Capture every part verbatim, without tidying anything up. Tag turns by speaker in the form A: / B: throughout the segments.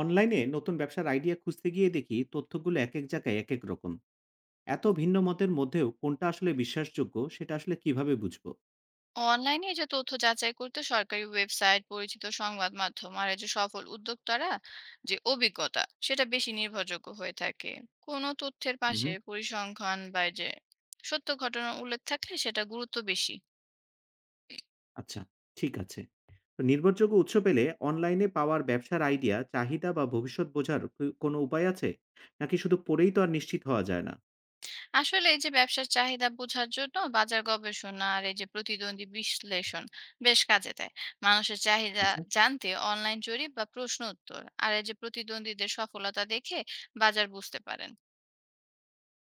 A: অনলাইনে নতুন ব্যবসার আইডিয়া খুঁজতে গিয়ে দেখি তথ্যগুলো এক এক জায়গায় এক এক রকম। এত ভিন্ন মতের মধ্যেও কোনটা আসলে বিশ্বাসযোগ্য সেটা আসলে কিভাবে বুঝবো?
B: অনলাইনে এই যে তথ্য যাচাই করতে সরকারি ওয়েবসাইট, পরিচিত সংবাদ মাধ্যম আর এই যে সফল উদ্যোক্তারা যে অভিজ্ঞতা, সেটা বেশি নির্ভরযোগ্য হয়ে থাকে। কোনো তথ্যের
A: হুম।
B: পাশে পরিসংখ্যান বা এই যে সত্য ঘটনা উল্লেখ থাকলে সেটা গুরুত্ব বেশি।
A: আচ্ছা। ঠিক আছে। তো নির্ভরযোগ্য উৎস পেলে অনলাইনে পাওয়ার ব্যবসার আইডিয়া চাহিদা বা ভবিষ্যৎ বোঝার কি- কোনো উপায় আছে, নাকি শুধু পড়েই তো আর নিশ্চিত হওয়া যায় না?
B: আসলে এই যে ব্যবসার চাহিদা বোঝার জন্য বাজার গবেষণা আর এই যে প্রতিদ্বন্দ্বী বিশ্লেষণ বেশ কাজে দেয়। মানুষের চাহিদা
A: আচ্ছা।
B: জানতে অনলাইন জরিপ বা প্রশ্ন উত্তর আর এই যে প্রতিদ্বন্দ্বীদের সফলতা দেখে বাজার বুঝতে পারেন।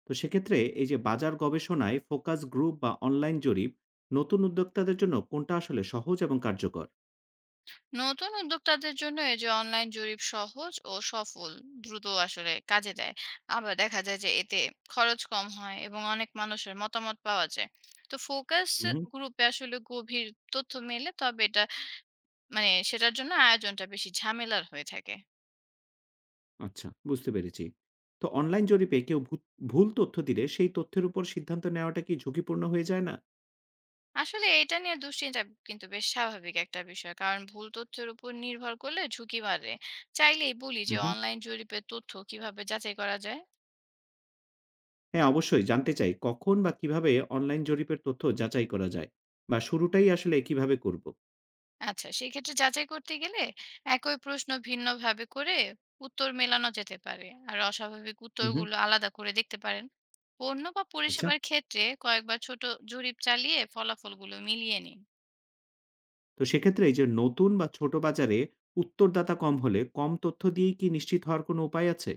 A: তো সেক্ষেত্রে এই যে বাজার গবেষণায় ফোকাস গ্রুপ বা অনলাইন জরিপ, নতুন উদ্যোক্তাদের জন্য কোনটা আসলে সহজ এবং কার্যকর?
B: নতুন উদ্যোক্তাদের জন্য এই যে অনলাইন জরিপ সহজ ও সফল, দ্রুত আসলে কাজে দেয়। আবার দেখা যায় যে এতে খরচ কম হয় এবং অনেক মানুষের মতামত পাওয়া যায়। তো ফোকাস গ্রুপে আসলে গভীর তথ্য মেলে, তবে এটা মানে সেটার জন্য আয়োজনটা বেশি ঝামেলার হয়ে থাকে।
A: আচ্ছা, বুঝতে পেরেছি। তো অনলাইন জরিপে কেউ ভূত ভুল তথ্য দিলে সেই তথ্যের উপর সিদ্ধান্ত নেওয়াটা কি ঝুঁকিপূর্ণ হয়ে যায় না?
B: আসলে এটা নিয়ে দুশ্চিন্তা কিন্তু বেশ স্বাভাবিক একটা বিষয়, কারণ ভুল তথ্যের উপর নির্ভর করলে ঝুঁকি বাড়ে। চাইলেই বলি
A: হু,
B: যে
A: হু।
B: অনলাইন জরিপের তথ্য কিভাবে যাচাই করা যায়।
A: হ্যাঁ, অবশ্যই জানতে চাই কখন বা কিভাবে অনলাইন জরিপের তথ্য যাচাই করা যায়? বা শুরুটাই আসলে কিভাবে করব?
B: আচ্ছা, সেক্ষেত্রে যাচাই করতে গেলে একই প্রশ্ন ভিন্নভাবে করে উত্তর মেলানো যেতে পারে, আর অস্বাভাবিক
A: হু, হু।
B: উত্তরগুলো আলাদা করে দেখতে পারেন। পণ্য বা
A: আচ্ছা।
B: পরিষেবার ক্ষেত্রে কয়েকবার ছোট জরিপ চালিয়ে ফলাফলগুলো মিলিয়ে নিন।
A: তো সেক্ষেত্রে এই যে নতুন বা ছোট বাজারে উত্তরদাতা কম হলে কম তথ্য দিয়েই কি নিশ্চিত হওয়ার কোনো উপায় আছে?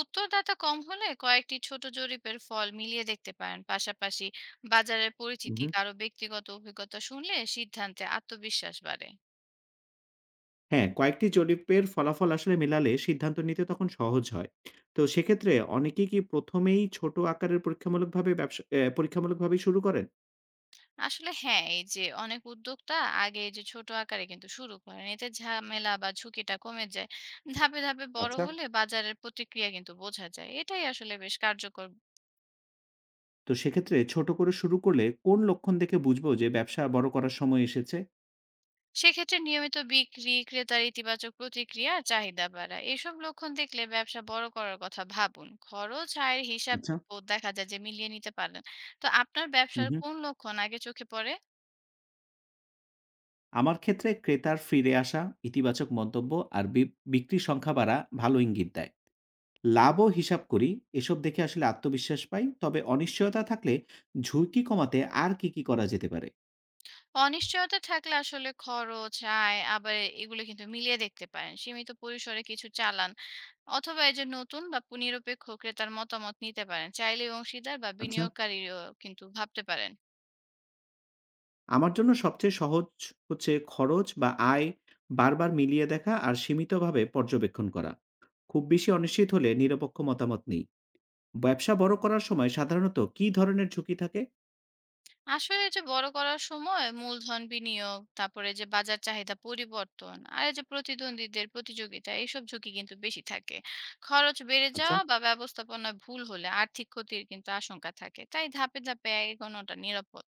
B: উত্তরদাতা কম হলে কয়েকটি ছোট জরিপের ফল মিলিয়ে দেখতে পারেন। পাশাপাশি বাজারের পরিচিতি, কারো ব্যক্তিগত অভিজ্ঞতা শুনলে সিদ্ধান্তে আত্মবিশ্বাস বাড়ে।
A: হ্যাঁ, কয়েকটি জরিপের ফলাফল আসলে মেলালে সিদ্ধান্ত নিতে তখন সহজ হয়। তো সেক্ষেত্রে অনেকেই কি প্রথম এই ছোট আকারের পরীক্ষামূলকভাবে ব্যবসা অ্যা পরীক্ষামূলকভাবেই শুরু করেন?
B: আসলে হ্যাঁ, এই যে অনেক উদ্যোক্তা আগে এই যে ছোট আকারে কিন্তু শুরু করেন। এতে ঝামেলা বা ঝুঁকিটা কমে যায়। ধাপে, ধাপে বড়
A: আচ্ছা।
B: হলে বাজারের প্রতিক্রিয়া কিন্তু বোঝা যায়। এটাই আসলে বেশ কার্যকর।
A: তো সেক্ষেত্রে ছোট করে শুরু করলে কোন লক্ষণ দেখে বুঝবো যে ব্যবসা বড় করার সময় এসেছে?
B: সেক্ষেত্রে নিয়মিত বিক্রি, ক্রেতার ইতিবাচক প্রতিক্রিয়া আর চাহিদা বাড়া। এসব লক্ষণ দেখলে ব্যবসা বড় করার কথা ভাবুন। খরচ, আয়ের হিসাব
A: আচ্ছা।
B: ও দেখা যায় যে মিলিয়ে নিতে পারেন। তো আপনার
A: হুম,
B: ব্যবসার
A: হুম।
B: কোন লক্ষণ আগে চোখে পড়ে?
A: আমার ক্ষেত্রে ক্রেতার ফিরে আসা, ইতিবাচক মন্তব্য আর বি বিক্রির সংখ্যা বাড়া ভালো ইঙ্গিত দেয়। লাভও হিসাব করি। এসব দেখে আসলে আত্মবিশ্বাস পাই। তবে অনিশ্চয়তা থাকলে ঝুঁকি কমাতে আর কি, কি করা যেতে পারে?
B: অনিশ্চয়তা থাকলে আসলে খরচ, আয় আবার এগুলো কিন্তু মিলিয়ে দেখতে পারেন। সীমিত পরিসরে কিছু চালান, অথবা এই যে নতুন বা পু নিরপেক্ষ ক্রেতার মতামত নিতে পারেন। চাইলে অংশীদার বা
A: আচ্ছা,
B: বিনিয়োগকারীও কিন্তু ভাবতে পারেন।
A: আমার জন্য সবচেয়ে সহজ হচ্ছে খরচ বা আয় বারবার মিলিয়ে দেখা আর সীমিতভাবে পর্যবেক্ষণ করা। খুব বেশি অনিশ্চিত হলে নিরপেক্ষ মতামত নেই। ব্যবসা বড় করার সময় সাধারণত কী ধরনের ঝুঁকি থাকে?
B: আসলে এই যে বড় করার সময় মূলধন বিনিয়োগ, তারপরে যে বাজার চাহিদা পরিবর্তন আর এই যে প্রতিদ্বন্দ্বীদের প্রতিযোগিতা, এইসব ঝুঁকি কিন্তু বেশি থাকে। খরচ বেড়ে
A: আচ্ছা।
B: যাওয়া বা ব্যবস্থাপনায় ভুল হলে আর্থিক ক্ষতির কিন্তু আশঙ্কা থাকে। তাই ধাপে, ধাপে এগোনোটা নিরাপদ।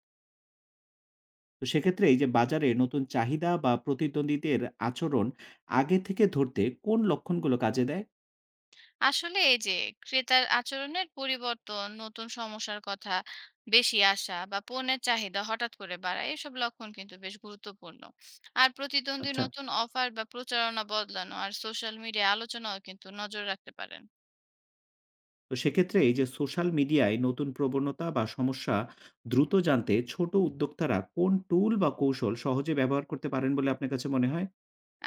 A: তো সেক্ষেত্রে এই যে বাজারে নতুন চাহিদা বা প্রতিদ্বন্দ্বীদের আচরণ আগে থেকে ধরতে কোন লক্ষণগুলো কাজে দেয়?
B: আসলে এই যে ক্রেতার আচরণের পরিবর্তন, নতুন সমস্যার কথা বেশি আসা বা পণ্যের চাহিদা হঠাৎ করে বাড়া, এসব লক্ষণ কিন্তু বেশ গুরুত্বপূর্ণ। আর প্রতিদ্বন্দ্বী
A: আচ্ছা।
B: নতুন অফার বা প্রচারণা বদলানো আর সোশ্যাল মিডিয়ায় আলোচনাও কিন্তু নজর রাখতে পারেন।
A: তো সেক্ষেত্রে এই যে সোশ্যাল মিডিয়ায় নতুন প্রবণতা বা সমস্যা দ্রুত জানতে ছোট উদ্যোক্তারা কোন টুল বা কৌশল সহজে ব্যবহার করতে পারেন বলে আপনার কাছে মনে হয়?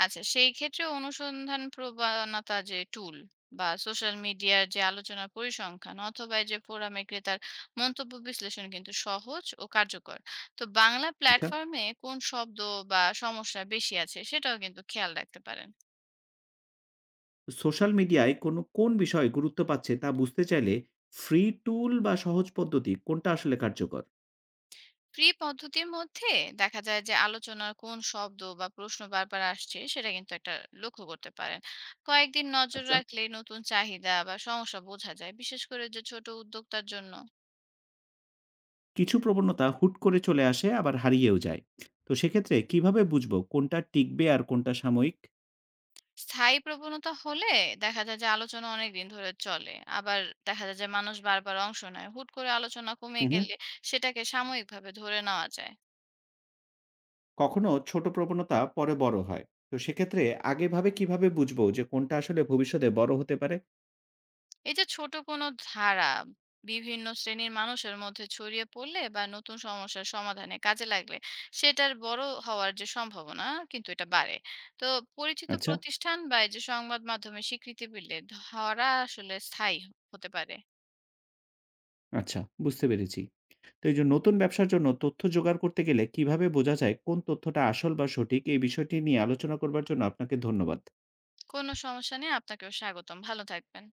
B: আচ্ছা, সেই ক্ষেত্রে অনুসন্ধান প্রবণতা যে টুল বা সোশ্যাল মিডিয়ার যে আলোচনার পরিসংখ্যান অথবা এই যে ফোরামে ক্রেতার মন্তব্য বিশ্লেষণ কিন্তু সহজ ও কার্যকর। তো বাংলা
A: আচ্ছা,
B: প্ল্যাটফর্মে কোন শব্দ বা সমস্যা বেশি আছে সেটাও কিন্তু খেয়াল রাখতে পারেন।
A: সোশ্যাল মিডিয়ায় কোনো কোন বিষয় গুরুত্ব পাচ্ছে তা বুঝতে চাইলে ফ্রি টুল বা সহজ পদ্ধতি কোনটা আসলে কার্যকর?
B: ফ্রি পদ্ধতির মধ্যে দেখা যায় যে আলোচনার কোন শব্দ বা প্রশ্ন বারবার আসছে, সেটা কিন্তু একটা লক্ষ্য করতে পারেন। কয়েকদিন নজর
A: আচ্ছা।
B: রাখলে নতুন চাহিদা বা সমস্যা বোঝা যায়, বিশেষ করে যে ছোট উদ্যোক্তার জন্য।
A: কিছু প্রবণতা হুট করে চলে আসে আবার হারিয়েও যায়। তো সেক্ষেত্রে কিভাবে বুঝবো কোনটা টিকবে আর কোনটা সাময়িক?
B: স্থায়ী প্রবণতা হলে দেখা যায় যে আলোচনা অনেক দিন ধরে চলে, আবার দেখা যায় যে মানুষ বারবার অংশ নেয়। হুট করে আলোচনা কমে
A: হুম হুম।
B: গেলে সেটাকে সাময়িকভাবে ধরে নেওয়া যায়।
A: কখনো ছোট প্রবণতা পরে বড় হয়। তো সেক্ষেত্রে আগেভাবে কিভাবে বুঝবো যে কোনটা আসলে ভবিষ্যতে বড় হতে পারে?
B: এই যে ছোট কোনো ধারা বিভিন্ন শ্রেণীর মানুষের মধ্যে ছড়িয়ে পড়লে বা নতুন সমস্যার সমাধানে কাজে লাগলে সেটার বড় হওয়ার যে সম্ভাবনা কিন্তু এটা বাড়ে। তো পরিচিত
A: আচ্ছা।
B: প্রতিষ্ঠান বা এই যে সংবাদ মাধ্যমে স্বীকৃতি পেলে ধরা আসলে স্থায়ী হতে পারে।
A: আচ্ছা, বুঝতে পেরেছি। তো এই যে নতুন ব্যবসার জন্য তথ্য জোগাড় করতে গেলে কিভাবে বোঝা যায় কোন তথ্যটা আসল বা সঠিক? এই বিষয়টি নিয়ে আলোচনা করবার জন্য আপনাকে ধন্যবাদ।
B: কোনো সমস্যা নেই, আপনাকেও স্বাগতম। ভালো থাকবেন।